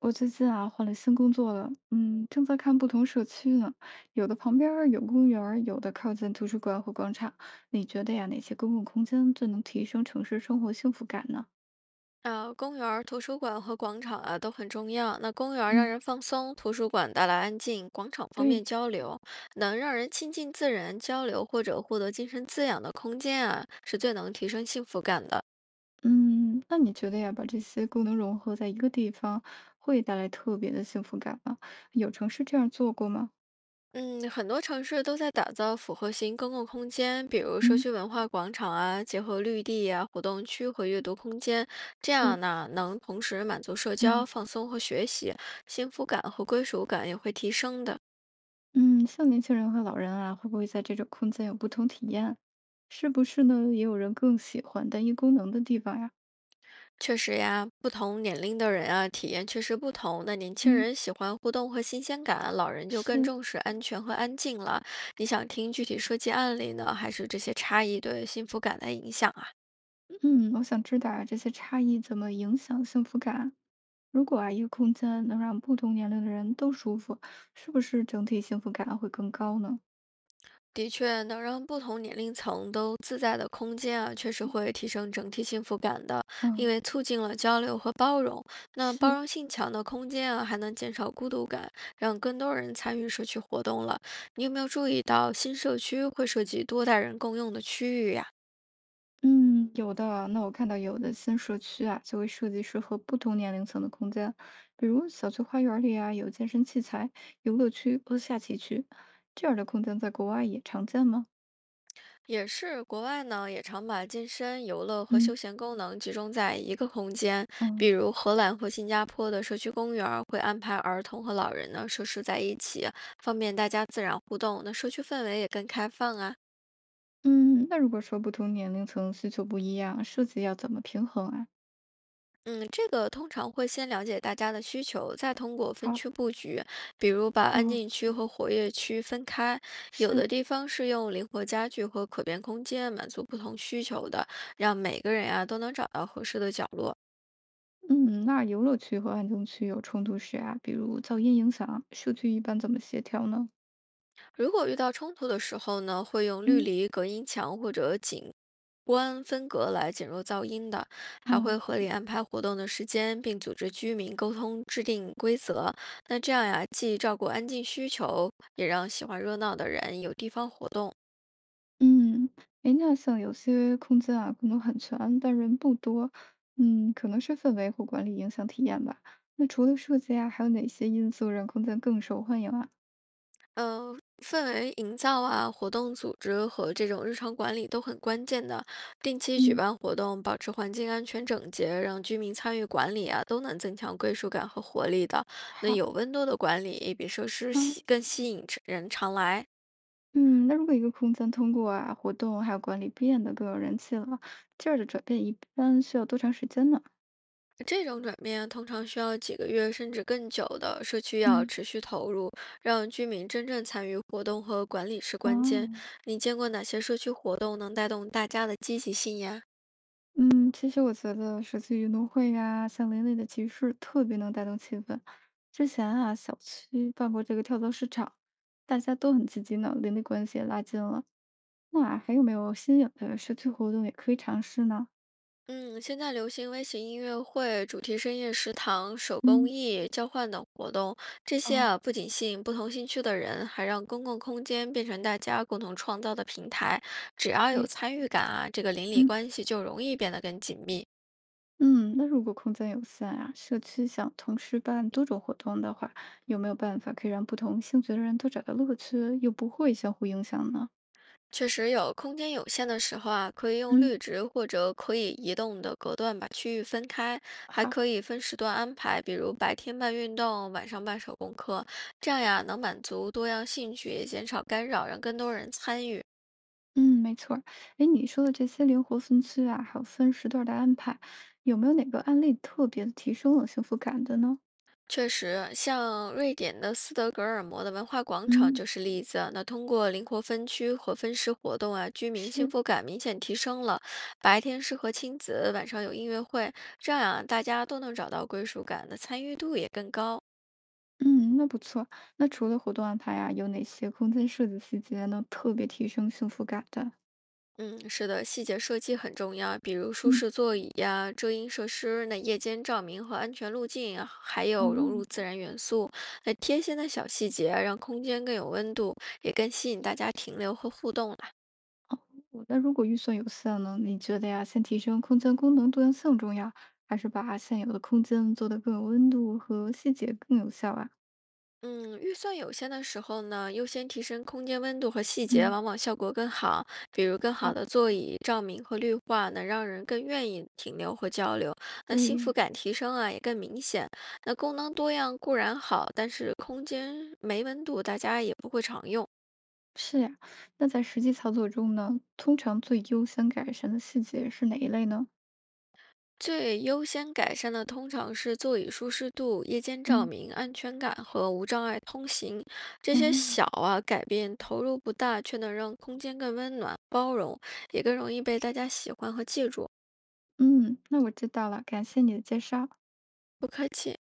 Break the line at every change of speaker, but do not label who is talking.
我最近啊换了新工作了，正在看不同社区呢，有的旁边儿有公园儿，有的靠近图书馆或广场。你觉得呀，哪些公共空间最能提升城市生活幸福感呢？
啊，公园儿、图书馆和广场啊都很重要。那公园儿让
嗯，
人放松，图书馆带来安静，广场方
对，
便交流，能让人亲近自然、交流或者获得精神滋养的空间啊，是最能提升幸福感的。
嗯，那你觉得呀，把这些功能融合在一个地方，会带来特别的幸福感吗？有城市这样做过吗？
嗯，很多城市都在打造复合型公共空间，比如社
嗯，
区文化广场啊，结合绿地啊、活动区和阅读空间，这
是，
样呢，能同时满足社交、
嗯
放松和学习，幸福感和归属感也会提升的。
嗯，像年轻人和老人啊，会不会在这种空间有不同体验？是不是呢？也有人更喜欢单一功能的地方呀？
确实呀，不同年龄的人啊，体验确实不同。那年轻
嗯。
人喜欢互动和新鲜感，老人就更
是，
重视安全和安静了。你想听具体设计案例呢，还是这些差异对幸福感的影响？
嗯，我想知道啊，这些差异怎么影响幸福感？如果啊，一个空间能让不同年龄的人都舒服，是不是整体幸福感会更高呢？
的确，能让不同年龄层都自在的空间啊，确实会提升整体幸福感的，因
嗯，
为促进了交流和包容。那包
是，
容性强的空间啊，还能减少孤独感，让更多人参与社区活动了。你有没有注意到新社区会涉及多代人共用的区域呀、
嗯，有的啊。那我看到有的新社区啊，就会设计适合不同年龄层的空间，比如小区花园里啊，有健身器材、游乐区和下棋区，这样的空间在国外也常见吗？
也是，国外呢也常把健身、游乐和
嗯
休闲功能集中在一个空间，比
嗯
如荷兰和新加坡的社区公园儿会安排儿童和老人呢设施在一起，方便大家自然互动。那社区氛围也更开放啊。
嗯，那如果说不同年龄层需求不一样，设计要怎么平衡啊？
嗯，这个通常会先了解大家的需求，再通过分
好。
区布局，比如把安
哦，
静区和活跃区分开。有
是，
的地方是用灵活家具和可变空间满足不同需求的，让每个人啊都能找到合适的角落。
嗯，那游乐区和安静区有冲突时啊，比如噪音影响，社区一般怎么协调呢？
如果遇到冲突的时候呢，会用绿
嗯，
篱、隔音墙或者景观分隔来减弱噪音的，还会
哦，
合理安排活动的时间，并组织居民沟通制定规则。那这样呀，既照顾安静需求，也让喜欢热闹的人有地方活动。
嗯，哎，那像有些空间啊，可能很全，但人不多，可能是氛围或管理影响体验吧。那除了设计啊，还有哪些因素让空间更受欢迎啊？
呃，氛围营造啊，活动组织和这种日常管理都很关键的。定期举
嗯，
办活动，保持环境安全整洁，让居民参与管理啊，都能增强归属感和活力的。那
好
有温度的管理比设施
啊，
吸更吸引人常来。
嗯，那如果一个空间通过啊活动还有管理变得更有人气了，这儿的转变一般需要多长时间呢？
这种转变通常需要几个月甚至更久的，社区要
嗯，
持续投入，让居民真正参与活动和管理是关键。
哦。
你见过哪些社区活动能带动大家的积极性呀？
嗯，其实我觉得社区运动会呀、像邻里的集市特别能带动气氛。之前啊，小区办过这个跳蚤市场，大家都很积极呢，邻里关系也拉近了。那还有没有新颖的社区活动也可以尝试呢？
嗯，现在流行微型音乐会、主题深夜食堂、手工
嗯，
艺交换等活动，这些
哦，
啊不仅吸引不同兴趣的人，还让公共空间变成大家共同创造的平台。只要有
对，
参与感啊，这个邻里
嗯
关系就容易变得更紧密。
嗯，那如果空间有限啊，社区想同时办多种活动的话，有没有办法可以让不同兴趣的人都找到乐趣，又不会相互影响呢？
确实有，空间有限的时候啊，可以用
嗯，
绿植或者可以移动的隔断把区域分开，还
好。
可以分时段安排，比如白天办运动，晚上办手工课，这样呀能满足多样兴趣，也减少干扰，让更多人参与。
嗯，没错儿。哎，你说的这些灵活分区啊，还有分时段儿的安排，有没有哪个案例特别的提升了幸福感的呢？
确实，像瑞典的斯德哥尔摩的文化广场
嗯，
就是例子。那通过灵活分区和分时活动啊，居民幸
是。
福感明显提升了。白天适合亲子，晚上有音乐会，这样啊，大家都能找到归属感，那参与度也更高。
嗯，那不错。那除了活动安排啊，有哪些空间设计细节能特别提升幸福感的？
嗯，是的，细节设计很重要，比如舒
嗯，
适座椅呀、遮阴设施、那夜间照明和安全路径啊还
啊，
有融入自然元素，那贴心的小细节啊让空间更有温度，也更吸引大家停留和互动。
我那如果预算有限呢，你觉得呀，先提升空间功能多样性重要，还是把现有的空间做得更有温度和细节更有效啊？
嗯，预算有限的时候呢，优先提升空间温度和细节，
嗯，
往往效果更好。比如，更好
好，
的座椅、照明和绿化，能让人更愿意停留和交流。那幸
对。
福感提升啊，也更明显。那功能多样固然好，但是空间没温度，大家也不会常用。
是呀，那在实际操作中呢，通常最优先改善的细节是哪一类呢？
最优先改善的通常是座椅舒适度、夜间照
嗯，
明、安全感和无障碍通行。这
哦
些
嗯
小啊改变投入不大，却能让空间更温暖、包容，也更容易被大家喜欢和记住。
嗯，那我知道了，感谢你的介绍。
不客气。